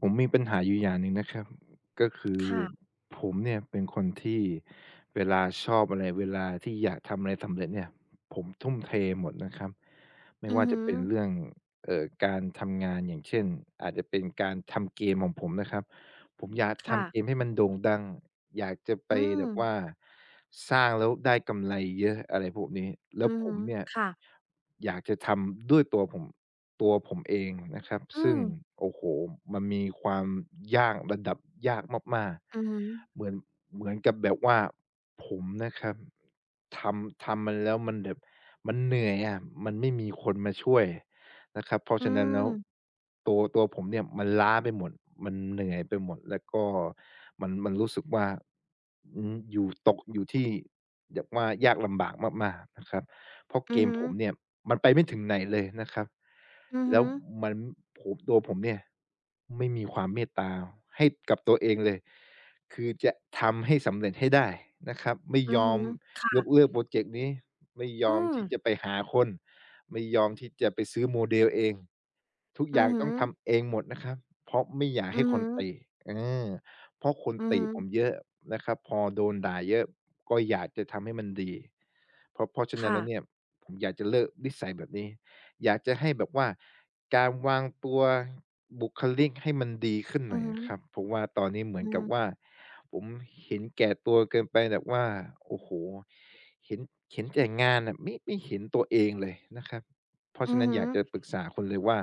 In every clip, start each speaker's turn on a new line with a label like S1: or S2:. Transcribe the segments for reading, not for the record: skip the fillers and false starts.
S1: ผมมีปัญหาอยู่อย่างหนึ่งนะครับก็คือ
S2: ค่ะ
S1: ผมเนี่ยเป็นคนที่เวลาชอบอะไรเวลาที่อยากทำอะไรสำเร็จเนี่ยผมทุ่มเทหมดนะครับไม่
S2: อือ
S1: ว่า
S2: ฮึ
S1: จะเป็นเรื่องการทำงานอย่างเช่นอาจจะเป็นการทำเกมของผมนะครับผมอยากทำเกม
S2: ค่ะ
S1: ให้มันโด่งดังอยากจะไป
S2: อืม
S1: แบบว่าสร้างแล้วได้กำไรเยอะอะไรพวกนี้
S2: อื
S1: แล้ว
S2: อ
S1: ผ
S2: ฮึ
S1: มเนี่ย
S2: ค่ะ
S1: อยากจะทำด้วยตัวผมเองนะครับ
S2: อื
S1: ซึ่ง
S2: ม
S1: โอ้โฮมันมีความยากระดับยากมาก
S2: อือหึอ
S1: ๆเหมือนเหมือนกับแบบว่าผมนะครับทำมันแล้วมันแบบมันเหนื่อยอะมันไม่มีคนมาช่วยนะครับเพราะ
S2: อื
S1: ฉะนั้นแล้ว
S2: ม
S1: ตัวผมเนี่ยมันล้าไปหมดมันเหนื่อยไปหมดแล้วก็มันรู้สึกว่าอืมอยู่ตกอยู่ที่แบบว่ายากลำบากมากๆนะครับ เพราะ
S2: อื
S1: เก
S2: อ
S1: ม
S2: หึอ
S1: ผมเนี่ยมันไปไม่ถึงไหนเลยนะครับ
S2: อือ
S1: แล้
S2: หึ
S1: ว
S2: อ
S1: มันตัวผมเนี่ยไม่มีความเมตตาให้กับตัวเองเลยคือจะทำให้สำเร็จให้ได้นะครับไม่
S2: อื
S1: ย
S2: อ
S1: อ
S2: ฮึ
S1: มยก
S2: ค่ะ
S1: เลิกพรอเจกต์นี้ไม่ย
S2: อื
S1: อม
S2: ม
S1: ที่จะไปหาคนไม่ยอมที่จะไปซื้อโมเดลเองทุกอ
S2: อื
S1: ย่า
S2: อ
S1: ง
S2: หึ
S1: ต้อง
S2: อ
S1: ทำเองหมดนะครับเพราะไม่อยาก
S2: อื
S1: ให้
S2: อ
S1: ค
S2: หึ
S1: นติ
S2: อ
S1: เออ เพราะคน
S2: อือ
S1: ติ
S2: ฮึ
S1: ผมเยอะนะครับพอโดนด่าเยอะก็อยากจะทำให้มันดีเพราะฉะนั้น
S2: ค่ะ
S1: แล้วเนี่ยผมอยากจะเลิกนิสัยแบบนี้อยากจะให้แบบว่าการวางตัวบุคลิกให้มันดีขึ้นห
S2: อื
S1: น่
S2: อ
S1: อย
S2: หึอ
S1: อะครับเพราะว่าตอนนี้เหมื
S2: อื
S1: อนกับว่า
S2: ม
S1: ผมเห็นแก่ตัวเกินไปแบบว่าโอ้โฮเห็นเห็นแต่งานน่ะไม่เห็นตัวเองเลยนะครับเพราะ
S2: อื
S1: ฉะ
S2: อ
S1: นั้น
S2: ฮึ
S1: อยากจะปรึกษาคุณเลยว่า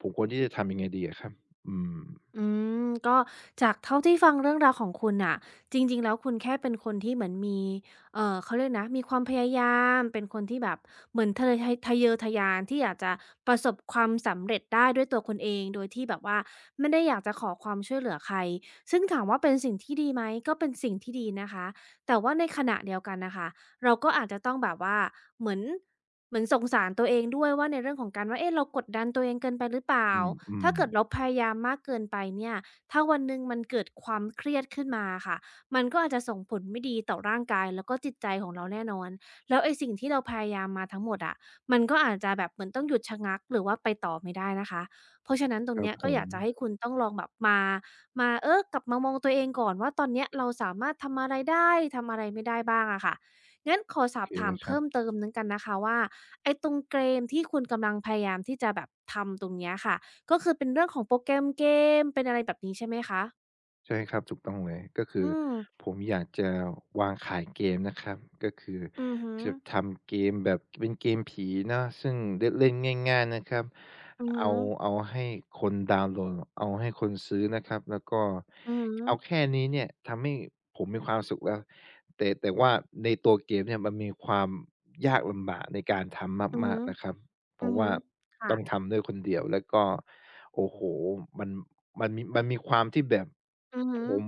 S1: ผมควรที่จะทำยังไงดีอะครับอืม
S2: อืมก็จากเท่าที่ฟังเรื่องราวของคุณน่ะจริงๆแล้วคุณแค่เป็นคนที่เหมือนมีเขาเรียกนะมีความพยายามเป็นคนที่แบบเหมือนทะเยอทะยานที่อยากจะประสบความสำเร็จได้ด้วยตัวคุณเองโดยที่แบบว่าไม่ได้อยากจะขอความช่วยเหลือใครซึ่งถามว่าเป็นสิ่งที่ดีไหมก็เป็นสิ่งที่ดีนะคะแต่ว่าในขณะเดียวกันน่ะค่ะ เราก็อาจจะต้องแบบว่าเหมือนสงสารตัวเองด้วยว่าในเรื่องของการว่าเอ๊ะเรากดดันตัวเองเกินไปหรือเปล่า
S1: อื
S2: ถ้า
S1: ม
S2: เกิดเรา
S1: ๆ
S2: พยายามมากเกินไปเนี่ยถ้าวันหนึ่งมันเกิดความเครียดขึ้นมาค่ะมันก็อาจจะส่งผลไม่ดีต่อร่างกายแล้วก็จิตใจของเราแน่นอนแล้วไอ้สิ่งที่เราพยายามมาทั้งหมดอะมันก็อาจจะแบบเหมือนต้องหยุดชะงักหรือว่าไปต่อไม่ได้นะคะเพราะฉะนั้นตร
S1: ค
S2: ง
S1: รั
S2: เนี้
S1: บ
S2: ย
S1: ผ
S2: ก็อยา
S1: ม
S2: กจะให้คุณต้องลองแบบมามาอกลับมามองตัวเองก่อนว่าตอนเนี้ยเราสามารถทำอะไรได้ทำอะไรไม่ได้บ้างอะค่ะ งั้นขอส
S1: โอ
S2: อบ
S1: เค
S2: ถา
S1: เล
S2: ม
S1: ยครับ
S2: เพิ่มเติมหนึ่งกันนะคะว่าไอ้ตรงเกมที่คุณกำลังพยายามที่จะแบบทำตรงเนี้ยค่ะก็คือเป็นเรื่องของโปรแกรมเกมเป็นอะไรแบบนี้ใช่ไหมคะ
S1: ใช่ครับถูกต้องเลยก็คือ
S2: อืม
S1: ผมอยากจะวางขายเกมนะครับก็คือ
S2: อือฮึ
S1: จะทำเกมแบบเป็นเกมผีเนาะซึ่งเล่นเล่นง่ายๆนะครับ
S2: อือฮึ
S1: เอาเอาให้คนดาวน์โหลดเอาให้คนซื้อนะครับแล้วก็
S2: อือฮึ
S1: เอาแค่นี้เนี่ยทำให้ผมมีความสุขแล้วแต่ว่าในตัวเกมเนี่ยมันมีความยากลำบากในการทำ
S2: อือ
S1: มา
S2: ฮึ
S1: กๆนะครับเพ
S2: อือ
S1: ราะ
S2: ฮึ
S1: ว่า
S2: ค่ะ
S1: ต้องทำด้วยคนเดียวแล้วก็โอ้โฮมัน มันมีความที่แบบ
S2: อือฮึ
S1: ผม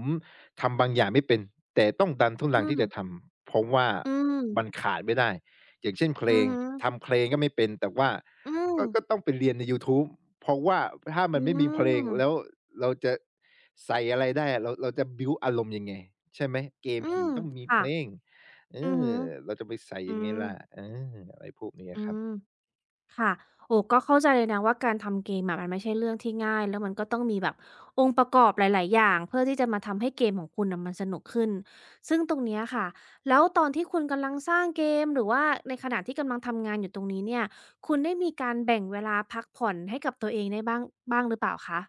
S1: ทำบางอย่างไม่เป็นแต่ต้องดันทุ
S2: อื
S1: รัง
S2: ม
S1: ที่จะทำเพราะว่า
S2: อื
S1: มัน
S2: ม
S1: ขาดไม่ได้อย่างเช่นเพล
S2: อือ
S1: ง
S2: ฮึ
S1: ทำเพลงก็ไม่เป็นแต่ว่า
S2: อืม
S1: ก็ต้องไปเรียนในยูทูบเพราะว่าถ้า
S2: อื
S1: มันไม่มีเพลงแล้ว
S2: ม
S1: เราจะใส่อะไรได้เราจะบิลด์อารมณ์ยังไงใช่ไหมเกม
S2: อื
S1: ผี
S2: ม
S1: ต้องมีเพ
S2: ค่ะ
S1: ลงเอ
S2: อือ
S1: อ
S2: ฮึ
S1: เราจะไปใส่
S2: อื
S1: ยังไง
S2: ม
S1: ล่ะอะไรพวกเนี้ย
S2: อื
S1: ครั
S2: ม
S1: บ
S2: ค่ะ โอ้ก็เข้าใจเลยนะว่าการทำเกมอะมันไม่ใช่เรื่องที่ง่ายแล้วมันก็ต้องมีแบบองค์ประกอบหลายๆ อย่างเพื่อที่จะมาทำให้เกมของคุณน่ะมันสนุกขึ้น ซึ่งตรงเนี้ยค่ะแล้วตอนที่คุณกำลังสร้างเกมหรือว่าในขณะที่กำลังทำงานอยู่ตรงนี้เนี่ยคุณได้มีการแบ่งเวลาพักผ่อนให้กับตัวเองได้บ้างหรือเปล่าคะ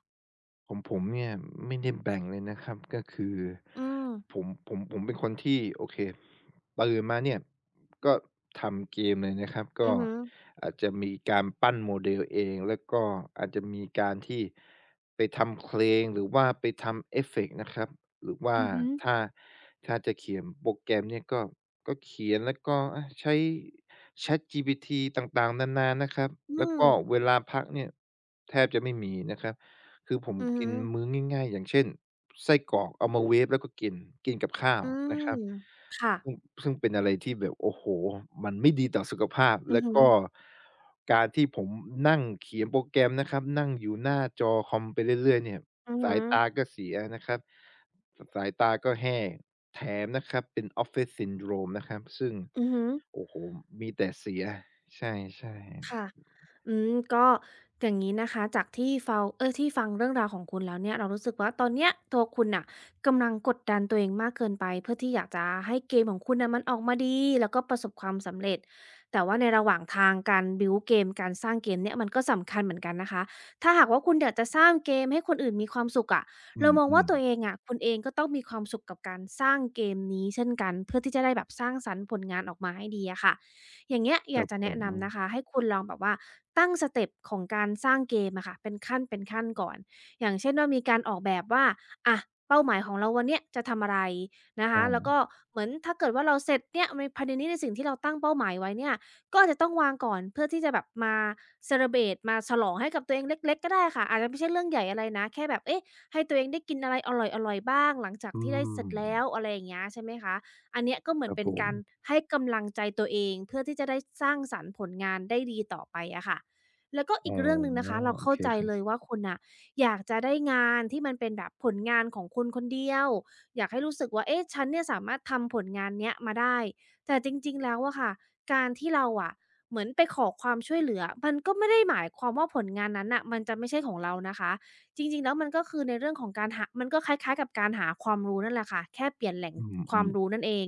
S1: ของผมเนี่ยไม่ได้แบ่งเลยนะครับก็คือ
S2: อืม
S1: ผมเป็นคนที่โอเคตื่นมาเนี่ยก็ทำเกมเลยนะครับ
S2: อื
S1: ก็
S2: อฮึ
S1: อาจจะมีการปั้น model เองแล้วก็อาจจะมีการที่ไปทำเพลงหรือว่าไปทำเอฟเฟกต์นะครับหรือว่า
S2: อือฮึ
S1: ถ้าถ้าจะเขียนโปรแกรมเนี่ยก็ก็เขียนแล้วก็อาใช้ ChatGPT ต่างๆนานานะครับ
S2: อื
S1: แล้ว
S2: ม
S1: ก็เวลาพักเนี่ยแทบจะไม่มีนะครับ คือผม
S2: อือฮึ
S1: กินมื้อง่ายๆอย่างเช่นไส้กรอกเอามาเวฟแล้วก็กินกินกับข้า
S2: อื
S1: ว
S2: ม
S1: นะครับ
S2: ค่ะ
S1: ซึ่งซึ่งเป็นอะไรที่แบบโอ้โฮมันไม่ดีต่อสุขภาพ
S2: อือ
S1: แล้ว
S2: ฮึ
S1: ก็การที่ผมนั่งเขียนโปรแกรมนะครับนั่งอยู่หน้าจอคอมไปเรื่อยๆเนี่ย
S2: อือฮึ
S1: สายตาก็เสียนะครับสสายตาก็แห้งแถมนะครับเป็น Office Syndrome นะครับซึ่ง
S2: อือฮึ
S1: โอ้โฮมีแต่เสียใช่
S2: ค่ะ
S1: ๆ
S2: อืมก็อย่างงี้นะคะ จากที่เฟงเออที่ฟังเรื่องราวของคุณแล้วเนี่ย เรารู้สึกว่าตอนเนี้ยตัวคุณน่ะกำลังกดดันตัวเองมากเกินไปเพื่อที่อยากจะให้เกมของคุณน่ะมันออกมาดีแล้วก็ประสบความสำเร็จ แต่ว่าในระหว่างทางการ build เกมการสร้างเกมเนี่ยมันก็สำคัญเหมือนกันนะคะ ถ้าหากว่าคุณอยากจะสร้างเกมให้คนอื่นมีความสุขอะ
S1: อื
S2: เรามองว่าตัวเอง
S1: ม
S2: อะคุณเองก็ต้องมีความสุขกับการสร้างเกมนี้เช่นกันเพื่อที่จะได้แบบสร้างสรรค์ผลงานออกมาให้ดีอะค่ะ อย่างเงี้ย
S1: ๆค
S2: อยา
S1: รั
S2: ก
S1: บ
S2: จะ
S1: ผ
S2: แนะ
S1: ม
S2: นำนะคะให้คุณลองแบบว่าตั้งสเต็ปของการสร้างเกมอะค่ะเป็นขั้นเป็นขั้นก่อนอย่างเช่นว่ามีการออกแบบว่าอะเป้าหมายของเราวันเนี้ยจะทำอะไรนะคะ
S1: อา
S2: แล้วก็เหมือนถ้าเกิดว่าเราเสร็จเนี่ยในภายในนี้ในสิ่งที่เราตั้งเป้าหมายไว้เนี่ยก็อาจจะต้องวางก่อนเพื่อที่จะแบบมา celebrate มาฉลองให้กับตัวเองเล็กๆก็ได้ค่ะอาจจะไม่ใช่เรื่องใหญ่อะไรนะแค่แบบเอ๊ะให้ตัวเองได้กินอะไรอร่อยๆบ้างหลังจาก
S1: อื
S2: ที่ได้เสร็
S1: ม
S2: จแล้วอะไรอย่างเงี้ยใช่ไหมคะ อันเนี้ยก็เหมื
S1: ค
S2: อน
S1: รับ
S2: เป็น
S1: ผม
S2: การให้กำลังใจตัวเองเพื่อที่จะได้สร้างสรรค์ผลงานได้ดีต่อไปอะค่ะแล้วก็
S1: อ๋
S2: อี
S1: อ
S2: กเรื่องหนึ่งนะคะเรา
S1: โอ
S2: เข้า
S1: เค
S2: ใจ
S1: ครับ
S2: เลยว่าคุณน่ะอยากจะได้งานที่มันเป็นแบบผลงานของคุณคนเดียวอยากให้รู้สึกว่าเอ๊ะฉันเนี่ยสามารถทำผลงานเนี้ยมาได้แต่จริงๆแล้วอะค่ะการที่เราอะเหมือนไปขอความช่วยเหลือมันก็ไม่ได้หมายความว่าผลงานนั้นน่ะมันจะไม่ใช่ของเรานะคะ จริงๆแล้วมันก็คือในเรื่องของการหามันก็คล้ายๆกับการหาความรู้นั่นแหละค่ะแค่เปลี่ยนแหล่ง
S1: อื
S2: ความ
S1: ม
S2: รู้นั่นเอง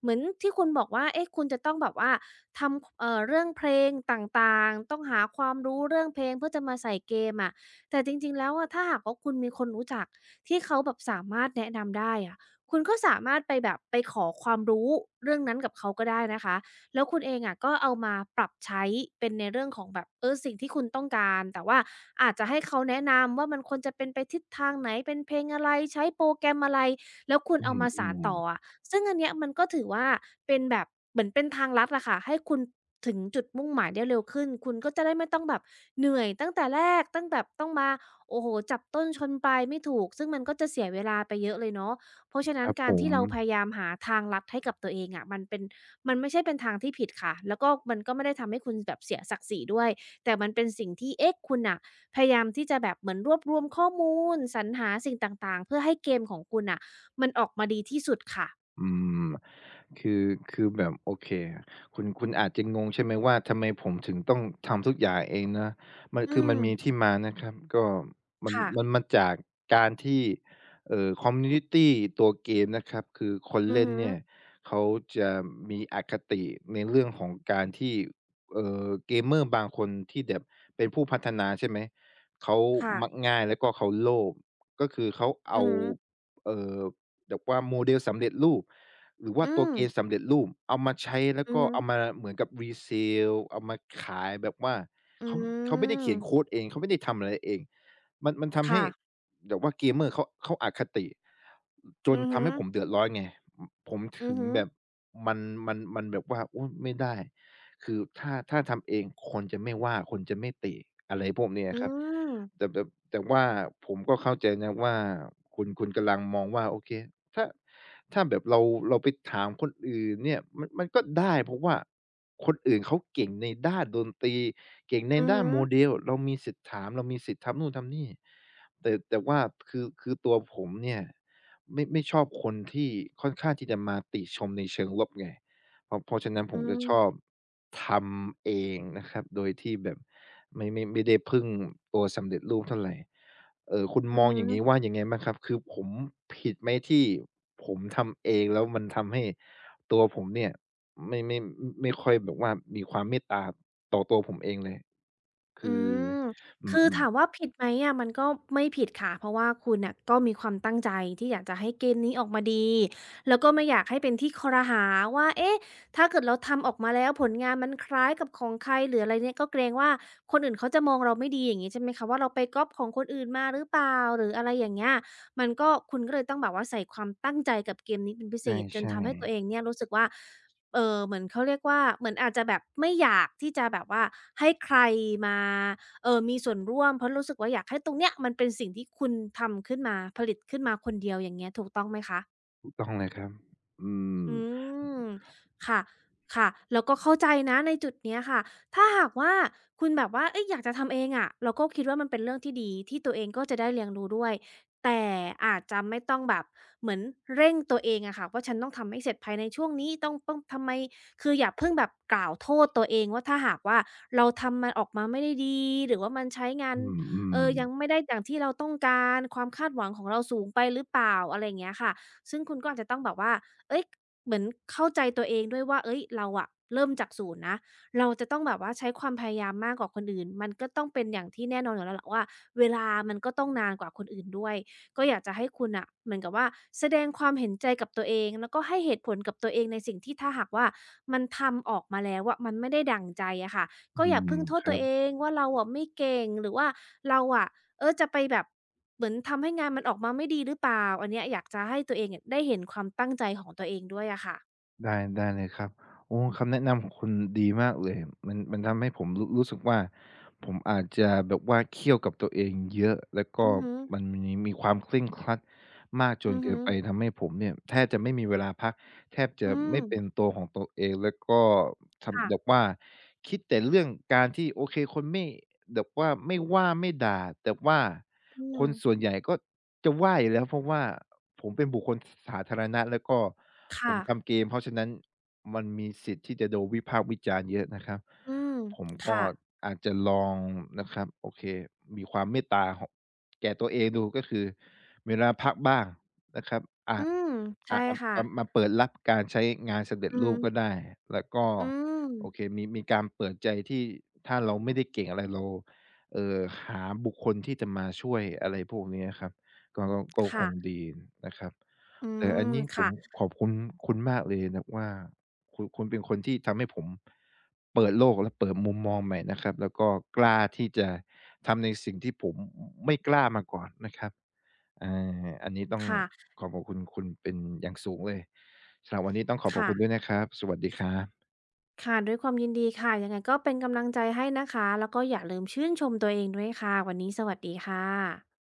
S2: เหมือนที่คุณบอกว่าเอ๊ะคุณจะต้องแบบว่าทำเรื่องเพลงต่างๆ ต้องหาความรู้เรื่องเพลงเพื่อจะมาใส่เกมอะแต่จริงๆแล้วอะถ้าหากว่าคุณมีคนรู้จักที่เขาแบบสามารถแนะนำได้อะคุณก็สามารถไปแบบไปขอความรู้เรื่องนั้นกับเขาก็ได้นะคะ แล้วคุณเองอะก็เอามาปรับใช้เป็นในเรื่องของแบบสิ่งที่คุณต้องการแต่ว่าอาจจะให้เขาแนะนำว่ามันควรจะเป็นไปทิศทางไหนเป็นเพลงอะไรใช้โปรแกรมอะไรแล้วคุณ
S1: ๆอ
S2: เอามา
S1: ื
S2: สาน
S1: ม
S2: ต่อ
S1: ๆ
S2: อะซึ่งอันเนี้ยมันก็ถือว่าเป็นแบบเหมือนเป็นทางลัดละค่ะให้คุณถึงจุดมุ่งหมายได้เร็วขึ้นคุณก็จะได้ไม่ต้องแบบเหนื่อยตั้งแต่แรกตั้งแบบต้องมาโอ้โหจับต้นชนปลายไม่ถูกซึ่งมันก็จะเสียเวลาไปเยอะเลยเนาะเพราะฉะนั้
S1: ค
S2: น
S1: รับ
S2: กา
S1: ผ
S2: รที่
S1: ม
S2: เราพยายามหาทางลัดให้กับตัวเองอะะมันเป็น มันไม่ใช่เป็นทางที่ผิดค่ะ แล้วก็มันก็ไม่ได้ทำให้คุณแบบเสียศักดิ์ศรีด้วย แต่มันเป็นสิ่งที่เอ๊ะคุณน่ะพยายามที่จะแบบเหมือนรวบรวมข้อมูลสรรหาสิ่งต่างๆเพื่อให้เกมของคุณน่ะมันออกมาดีที่สุดค่ะ
S1: อืมคือคือแบบโอเคคุณคุณอาจจะงงใช่ไหมว่าทำไมผมถึงต้องทำทุกอย่างเองนะมัน
S2: อื
S1: คือมั
S2: ม
S1: นมีที่มานะครับก็มัน
S2: ค่ะ
S1: มันมาจากการที่คอมมิวนิตีตัวเกมนะครับคือคน
S2: อือ
S1: เล่น
S2: ฮึ
S1: เนี่ยเขาจะมีอคติในเรื่องของการที่gamer บางคนที่แบบเป็นผู้พัฒนาใช่ไหมเขา
S2: ค่ะ
S1: มักง่ายแล้วก็เขาโลภก็คือเขา
S2: อื
S1: เอา
S2: อฮึ
S1: เอ่อ แบบว่าโมเดลสำเร็จรูปหรือว่า
S2: อื
S1: ตัว
S2: ม
S1: เกมสำเร็จรูปเอามาใช้แล้ว
S2: อือ
S1: ก็
S2: ฮึ
S1: เอามาเหมือนกับ resale เอามาขายแบบว่า
S2: อื
S1: เขาเขาไม่ได้
S2: ม
S1: เขียนโคดเองเขาไม่ได้ทำอะไรเองมันทำให้
S2: ค่ะ
S1: แบบว่าเกมเมอร์เขาอคติจน
S2: อือฮึ
S1: ทำให้ผมเดือดร้อนไงมผม
S2: อือ
S1: ถึง
S2: ฮึ
S1: แบบมันมันแบบว่าโอ๊ยไม่ได้คือถ้าทำเองคนจะไม่ว่าคนจะไม่ติอะไรพวกเนี้ย
S2: อื
S1: ครับ
S2: ม
S1: แต่แบบแต่ว่าผมก็เข้าใจนะว่าคุณกำลังมองว่าโอเคถ้าถ้าแบบเราไปถามคนอื่นเนี่ยมันก็ได้เพราะว่าคนอื่นเขาเก่งในด้านดนตรีเก่งใน
S2: อือ
S1: ด้า
S2: ฮึ
S1: น Model เรามีสิทธิ์ถามเรามีสิทธิ์ทำนู่นทำนี่แต่ว่าคือตัวผมเนี่ยไม่ชอบคนที่ค่อนข้างที่จะมาติชมในเชิงลบไงเพราะฉะนั้นผ
S2: อื
S1: มจะชอบ
S2: ม
S1: ทำเองนะครับโดยที่แบบ ไม่ได้พึ่งตัวสำเร็จรูปเท่าไรคุณ
S2: อื
S1: ม
S2: อ
S1: อง
S2: ฮึ
S1: อย่างงี้ว่ายังไงบ้างครับคือผมผิดไหมที่ผมทำเองแล้วมันทำให้ตัวผมเนี่ยไม่ไม่ไม่ค่อยแบบว่ามีความเมตตาต่อตัวผมเองเลย
S2: อื
S1: คือ
S2: ม
S1: อ
S2: คือ
S1: ืม
S2: ถามว่าผิดไหมอะมันก็ไม่ผิดค่ะเพราะว่าคุณน่ะก็มีความตั้งใจที่อยากจะให้เกมนี้ออกมาดีแล้วก็ไม่อยากให้เป็นที่ครหาว่าเอ๊ะถ้าเกิดเราทำออกมาแล้วผลงานมันคล้ายกับของใครหรืออะไรเนี่ยก็เกรงว่าคนอื่นเขาจะมองเราไม่ดีอย่างงี้ใช่ไหมคะว่าเราไปก๊อบของคนอื่นมาหรือเปล่าหรืออะไรอย่างเงี้ยมันก็คุณก็เลยต้องแบบว่าใส่ความตั้งใจกับเกมนี้เป็นพิเศษจ
S1: ๆ
S2: น
S1: ใช่
S2: ทำให้ตัวเองเนี่ยรู้สึกว่า เออเหมือนเขาเรียกว่าเหมือนอาจจะแบบไม่อยากที่จะแบบว่าให้ใครมามีส่วนร่วมเพราะรู้สึกว่าอยากให้ตรงเนี้ยมันเป็นสิ่งที่คุณทำขึ้นมาผลิตขึ้นมาคนเดียวอย่างเงี้ยถูกต้องไหมคะ
S1: ๆถูกต้องเลยครับอืม
S2: อืมค่ะค่ะแล้วก็เข้าใจนะในจุดเนี้ยค่ะถ้าหากว่าคุณแบบว่าเอ๊ยอยากจะทำเองอะเราก็คิดว่ามันเป็นเรื่องที่ดีที่ตัวเองก็จะได้เรียนรู้ด้วยแต่อาจจะไม่ต้องแบบเหมือนเร่งตัวเองอะค่ะว่าฉันต้องทำให้เสร็จภายในช่วงนี้ต้องทำไมคืออย่าเพิ่งแบบกล่าวโทษตัวเองว่าถ้าหากว่าเราทำมันออกมาไม่ได้ดีหรือว่ามันใช้งาน
S1: อืม
S2: ยัง
S1: ๆ
S2: ไม่ได้ดั่งที่เราต้องการความคาดหวังของเราสูงไปหรือเปล่าอะไรอย่างเงี้ยค่ะซึ่งคุณก็อาจจะต้องแบบว่าเอ๊ย เหมือนเข้าใจตัวเองด้วยว่าเอ้ยเราอะเริ่มจาก0นย์นะเราจะต้องแบบว่าใช้ความพยายามมากกว่าคนอื่น มันก็ต้องเป็นอย่างที่แน่นอนอยู่แล้วแหละว่า เวลามันก็ต้องนานกว่าคนอื่นด้วยก็อยากจะให้คุณน่ะเหมือนกับว่าแสดงความเห็นใจกับตัวเองแล้วก็ให้เหตุผลกับตัวเองในสิ่งที่ถ้าหากว่ามันทำออกมาแล้วอะมันไม่ได้ดั่งใจอะค่ะก็
S1: อื
S2: อย่า
S1: ม
S2: เพิ่งโทษ
S1: ค
S2: ตั
S1: รั
S2: ว
S1: บ
S2: เองว่าเราอะไม่เก่งหรือว่าเราอะ เออจะไปแบบเหมือนทำให้งานมันออกมาไม่ดีหรือเปล่าอันเนี้ยอยากจะให้ตัวเองเนี่ยได้เห็นความตั้งใจของตัวเองด้วยอะค่ะ
S1: ได้ได้เลยครับโอ้คำแนะนำของคุณดีมากเลย มันทำให้ผมรู้สึกว่าผมอาจจะแบบว่าเคี่ยวกับตัวเองเยอะแล้วก็
S2: อือฮึ
S1: มันมีความเคร่งครัดมากจน
S2: อือ
S1: เกิ
S2: ฮึ
S1: นไปทำให้ผมเนี่ยแทบจะไม่มีเวลาพักแทบจะ
S2: อืม
S1: ไม่เป็นตัวของตัวเองแล้วก็
S2: ค่ะ
S1: ทำแบบว่าคิดแต่เรื่องการที่โอเคคนไม่แบบว่าไม่ว่าไม่ด่าแต่ว่า
S2: อื
S1: ค
S2: ม
S1: นส่วนใหญ่ก็จะว่าอยู่แล้วเพราะว่าผมเป็นบุคคลสสาธารณะแล้วก็ ผ
S2: ค่ะ
S1: มทำเกมเพราะฉะนั้นมันมีสิทธิ์ที่จะโดนวิพากษ์วิจารณ์เยอะนะครับ
S2: อืม
S1: ผมก็
S2: ค่ะ
S1: อาจจะลองนะครับโอเคมีความเมตตาของแก่ตัวเองดูก็คือมีเวลาพักบ้างนะครับอา
S2: อืมใช่
S1: อา
S2: ค่ะ
S1: มาเปิดรับการใช้งานสำเร็จ
S2: อื
S1: รูปก็
S2: ม
S1: ได้แล้วก็
S2: อืม
S1: โอเคมีการเปิดใจที่ถ้าเราไม่ได้เก่งอะไรเราเอ่อหาบุคคลที่จะมาช่วยอะไรพวกเนี้ยครับก็ค
S2: ค่ะ
S1: งดีนะครับ
S2: อื
S1: แต่
S2: ม
S1: อันนี้ผ
S2: ค่ะ
S1: มขอบคุณมากเลยนะว่าคุณเป็นคนที่ทำให้ผมเปิดโลกและเปิดมุมมองใหม่นะครับแล้วก็กล้าที่จะทำในสิ่งที่ผมไม่กล้ามาก่อนนะครับอาอันนี้ต้อง
S2: ค่ะ
S1: ขอขอบคุณคุณเป็นอย่างสูงเลยสำหรับวันนี้ต้องขอขอบคุณด้ว
S2: ค่ะ
S1: ยนะครับสวัสดีครับ
S2: ค่ะด้วยความยินดีค่ะยังไงก็เป็นกำลังใจให้นะคะแล้วก็อย่าลืมชื่นชมตัวเองด้วยค่ะวันนี้สวัสดีค่ะ